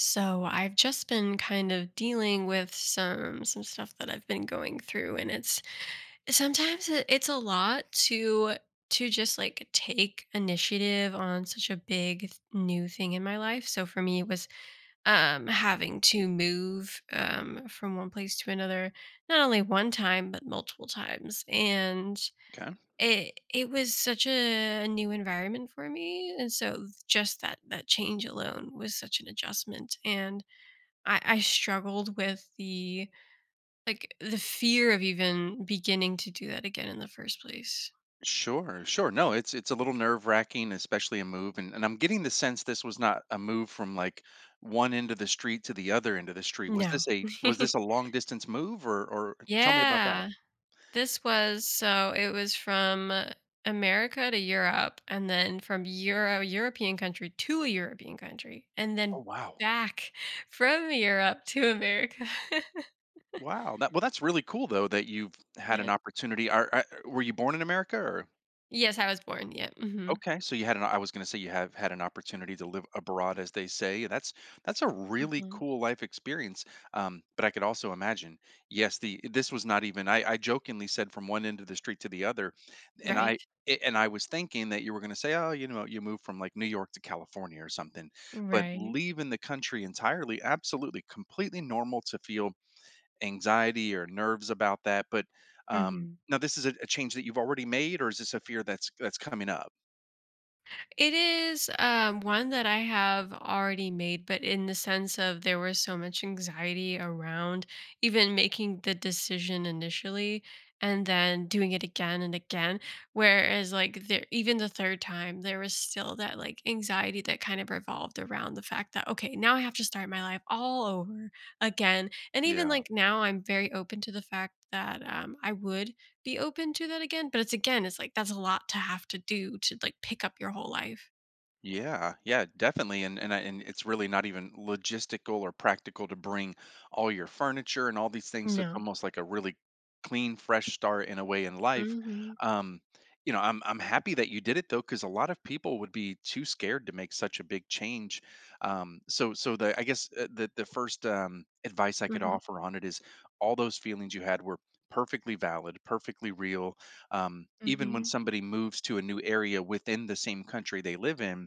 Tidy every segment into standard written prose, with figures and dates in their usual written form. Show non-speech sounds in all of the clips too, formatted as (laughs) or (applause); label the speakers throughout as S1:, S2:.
S1: So I've just been kind of dealing with some stuff that I've been going through and it's sometimes it- it's a lot to just like take initiative on such a big new thing in my life. So for me it was having to move from one place to another, not only one time but multiple times. And
S2: Okay.
S1: it was such a new environment for me, and so just that change alone was such an adjustment. And I struggled with the fear of even beginning to do that again in the first place.
S2: Sure, sure. No, it's a little nerve wracking, especially a move, and I'm getting the sense this was not a move from like one end of the street to the other end of the street.
S1: No. (laughs)
S2: Was this a long distance move, or tell me about that?
S1: Yeah. This was, so it was from America to Europe, and then from European country to a European country, and
S2: Oh
S1: then
S2: wow,
S1: back (laughs) from Europe to America. (laughs)
S2: wow. That well, that's really cool though that you've had an
S1: Yeah.
S2: opportunity. Are were you born in America or?
S1: Yes, I was born, yeah, mhm,
S2: Okay, so you had an I was gonna say you have had an opportunity to live abroad, as they say. That's a really
S1: mhm.
S2: cool life experience. But I could also imagine, yes, the this was not even I jokingly said from one end of the street to the other, and
S1: Right.
S2: I was thinking that you were gonna say, oh, you know, you moved from like New York to California or something. But
S1: Right.
S2: leaving the country entirely, absolutely, completely normal to feel anxiety or nerves about that. But
S1: Mhm.
S2: now this is a change that you've already made, or is this a fear that's coming up?
S1: It is, one that I have already made, but in the sense of there was so much anxiety around even making the decision initially, and then doing it again and again. Whereas, like, there, even the third time, there was still that like anxiety that kind of revolved around the fact that, okay, now I have to start my life all over again. And even
S2: Yeah.
S1: like now, I'm very open to the fact that I would be open to that again, but it's, again, it's like that's a lot to have to do to like pick up your whole life.
S2: Yeah, yeah, definitely, and it's really not even logistical or practical to bring all your furniture and all these things. So it's
S1: No.
S2: almost like a really clean, fresh start in a way in life.
S1: Mhm.
S2: Um, you know, I'm happy that you did it though, because a lot of people would be too scared to make such a big change. So the I guess the first advice I could
S1: Mhm.
S2: offer on it is all those feelings you had were perfectly valid, perfectly real, even when
S1: Mhm.
S2: somebody moves to a new area within the same country they live in,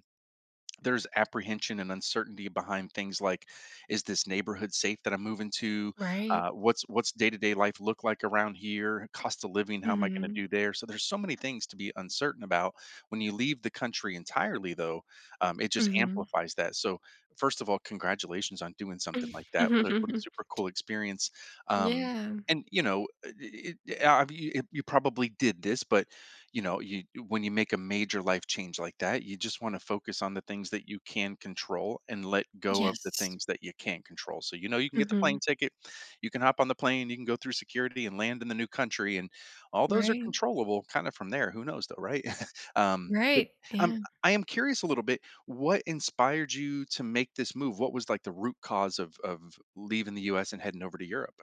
S2: there's apprehension and uncertainty behind things like, is this neighborhood safe that I'm moving to?
S1: Right.
S2: What's day-to-day life look like around here? Cost of living, how am I going
S1: Mhm.
S2: to do there? So there's so many things to be uncertain about. When you leave the country entirely though, it just
S1: Mhm.
S2: amplifies that. So first of all, congratulations on doing something like that. What a
S1: (laughs)
S2: super cool experience. um,
S1: Yeah.
S2: and you know you probably did this but, you know, you, when you make a major life change like that, you just want to focus on the things that you can control and let go of the
S1: Yes.
S2: things that you can't control. So you know you can get the plane
S1: Mhm.
S2: ticket, you can hop on the plane, you can go through security and land in the new country, and all those are
S1: Right.
S2: controllable kind of. From there who knows though, right? (laughs) But
S1: Right.
S2: i'm
S1: Yeah.
S2: I am curious a little bit what inspired you to make this move, what was like the root cause of leaving the US and heading over to Europe.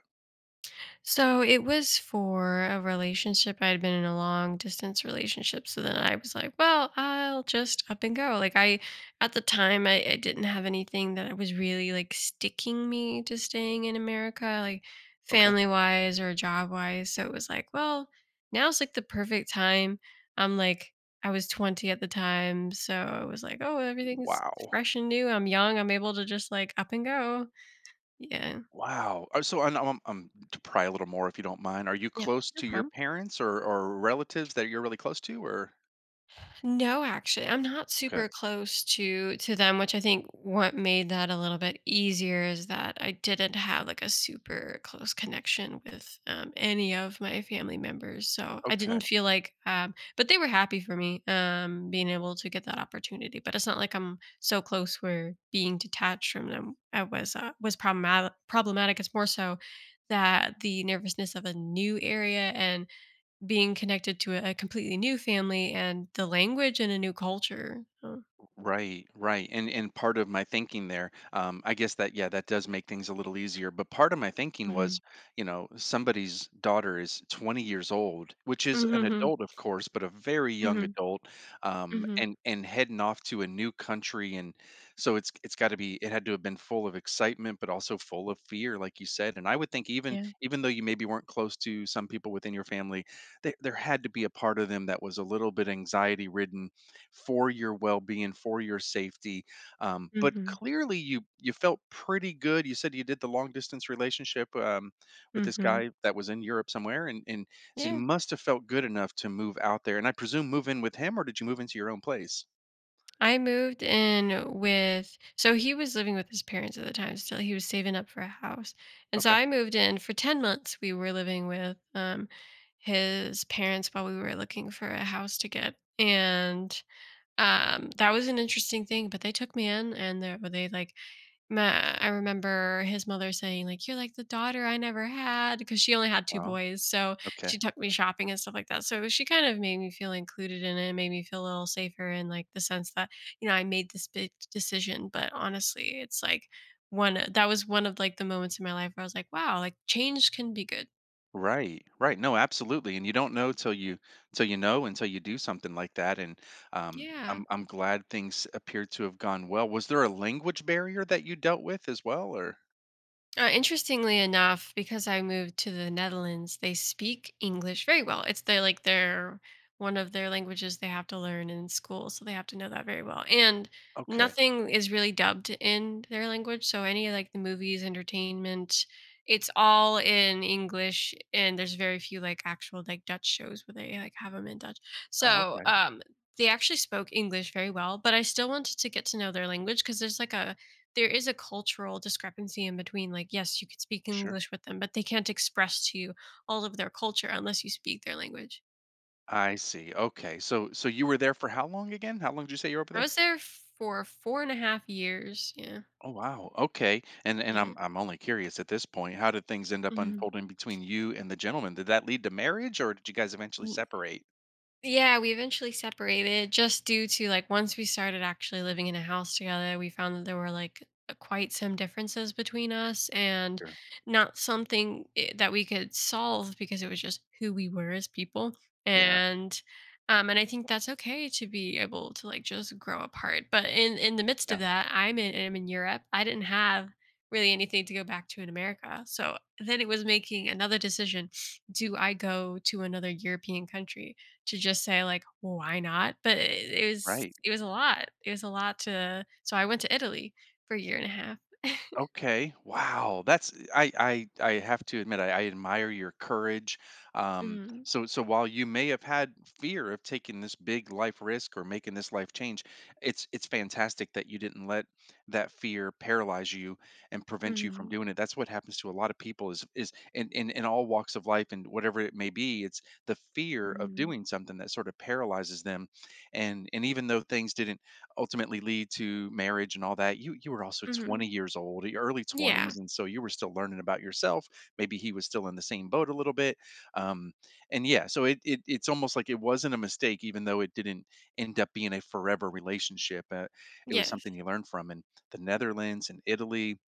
S1: So it was for a relationship. I had been in a long distance relationship. So then I was like, well, I'll just up and go. Like, I at the time I didn't have anything that was really like sticking me to staying in America, like
S2: Okay.
S1: family wise or job wise. So it was like, well, now's like the perfect time. I'm like I was 20 at the time. So I was like, oh, everything's
S2: Wow.
S1: fresh and new. I'm young. I'm able to just like up and go. Yeah.
S2: Wow. So I'm to pry a little more if you don't mind. Are you
S1: Yeah.
S2: close
S1: No
S2: to your
S1: problem.
S2: parents, or relatives that you're really close to or?
S1: No, actually, I'm not
S2: Okay.
S1: super close to them, which I think what made that a little bit easier is that I didn't have like a super close connection with any of my family members, so I
S2: Okay.
S1: didn't feel like. But they were happy for me, being able to get that opportunity. But it's not like I'm so close where being detached from them, was problematic. Problematic. It's more so that the nervousness of a new area and being connected to a completely new family and the language and a new culture. So
S2: Right, right. And part of my thinking there, I guess that, yeah, that does make things a little easier. But part of my thinking
S1: mhm.
S2: was, you know, somebody's daughter is 20 years old, which is an
S1: Mhm,
S2: adult, of course, but a very young
S1: mhm,
S2: adult,
S1: mhm.
S2: and heading off to a new country, and so it's got to be it had to have been full of excitement, but also full of fear, like you said. And I would think
S1: Yeah.
S2: even though you maybe weren't close to some people within your family, there had to be a part of them that was a little bit anxiety ridden for your well-being, for your safety. But
S1: Mhm,
S2: clearly, you felt pretty good. You said you did the long-distance relationship, with this
S1: mhm.
S2: guy that was in Europe somewhere, and so you
S1: Yeah.
S2: must have felt good enough to move out there. And I presume move in with him, or did you move into your own place?
S1: I moved in with, so he was living with his parents at the time still, he was saving up for a house. And so
S2: Okay.
S1: I moved in for 10 months. We were living with, his parents while we were looking for a house to get, and, that was an interesting thing, but they took me in, and like, Ma I remember his mother saying, like, "You're like the daughter I never had," because she only had 2
S2: Wow.
S1: boys. So
S2: Okay.
S1: she took me shopping and stuff like that. So she kind of made me feel included in it, made me feel a little safer in, like, the sense that, you know, I made this big decision. But honestly, it's like one that was one of, like, the moments in my life where I was like, "Wow, like, change can be good."
S2: Right. Right. No, absolutely. And you don't know till you, till you know until you do something like that. And
S1: Yeah.
S2: I'm glad things appear to have gone well. Was there a language barrier that you dealt with as well, or
S1: Interestingly enough, because I moved to the Netherlands, they speak English very well. It's their like their one of their languages they have to learn in school, so they have to know that very well. And
S2: okay?
S1: nothing is really dubbed in their language, so any of, like, the movies, entertainment, it's all in English. And there's very few like actual like Dutch shows where they like have them in Dutch.
S2: Oh,
S1: So
S2: okay.
S1: they actually spoke English very well, but I still wanted to get to know their language, because there's like a there is a cultural discrepancy in between, like, yes, you could speak
S2: Sure.
S1: English with them, but they can't express to you all of their culture unless you speak their language.
S2: I see. Okay. So so you were there for how long again? How long did you say you were over
S1: I
S2: there?
S1: was there for four and a half years. Yeah.
S2: Oh wow. Okay. And
S1: Yeah.
S2: I'm only curious at this point. How did things end up
S1: Hmm.
S2: unfolding between you and the gentleman? Did that lead to marriage or did you guys eventually separate?
S1: Yeah, we eventually separated just due to, like, once we started actually living in a house together, we found that there were like quite some differences between us, and
S2: Sure.
S1: not something that we could solve, because it was just who we were as people.
S2: Yeah.
S1: And and I think that's okay to be able to like just grow apart. But in the midst
S2: Yeah.
S1: of that, I'm in Europe. I didn't have really anything to go back to in America. So then it was making another decision. Do I go to another European country? To just say like, "Well, why not?" But it was,
S2: Right.
S1: it was a lot. It was a lot to, so I went to Italy for a year and a half. (laughs)
S2: Okay. Wow. That's I I have to admit I admire your courage. So so while you may have had fear of taking this big life risk or making this life change, it's fantastic that you didn't let that fear paralyze you and prevent you from doing it. That's what happens to a lot of people is in all walks of life and whatever it may be, it's the fear of doing something that sort of paralyzes them. And even though things didn't ultimately lead to marriage and all that. You were also
S1: Mhm.
S2: 20 years old, your early
S1: Yeah.
S2: 20s, and so you were still learning about yourself. Maybe he was still in the same boat a little bit. Um, and yeah, so it's almost like it wasn't a mistake, even though it didn't end up being a forever relationship. It was
S1: Yes.
S2: something you learned from. And the Netherlands and Italy,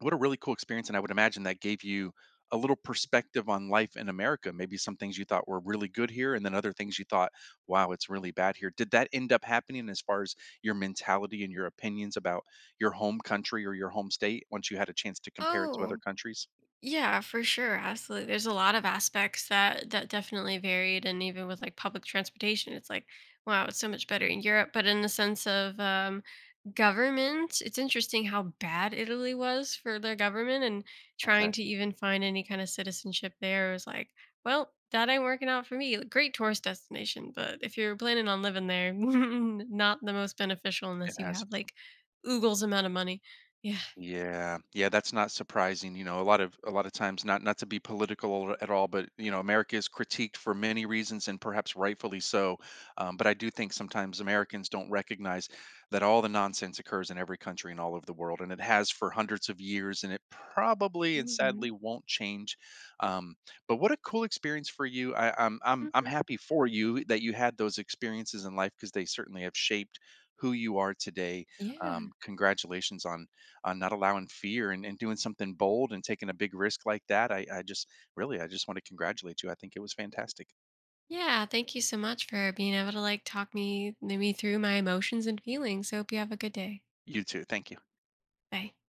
S2: what a really cool experience, and I would imagine that gave you a little perspective on life in America. Maybe some things you thought were really good here, and then other things you thought, "Wow, it's really bad here." Did that end up happening as far as your mentality and your opinions about your home country or your home state once you had a chance to compare it to other
S1: Oh.
S2: countries?
S1: Yeah, for sure. Absolutely. There's a lot of aspects that definitely varied, and even with like public transportation, it's like, wow, it's so much better in Europe. But in the sense of, government, it's interesting how bad Italy was for their government, and
S2: Okay,
S1: trying to even find any kind of citizenship there was like, well, that ain't working out for me. Great tourist destination, but if you're planning on living there, (laughs) not the most beneficial
S2: it
S1: unless you
S2: has.
S1: have like oogles amount of money. Yeah.
S2: Yeah, yeah, that's not surprising. You know, a lot of times, not to be political at all, but you know, America is critiqued for many reasons, and perhaps rightfully so. But I do think sometimes Americans don't recognize that all the nonsense occurs in every country and all over the world, and it has for hundreds of years, and it probably and
S1: Hmm. Hmm.
S2: sadly won't change. Um, but what a cool experience for you! I, I'm
S1: Mhm.
S2: happy for you that you had those experiences in life because they certainly have shaped who you are today.
S1: Yeah.
S2: Congratulations on not allowing fear and doing something bold and taking a big risk like that. I just really, I just want to congratulate you. I think it was fantastic.
S1: Yeah, thank you so much for being able to like talk me through my emotions and feelings. Hope you have a good day.
S2: You too. Thank you.
S1: Bye.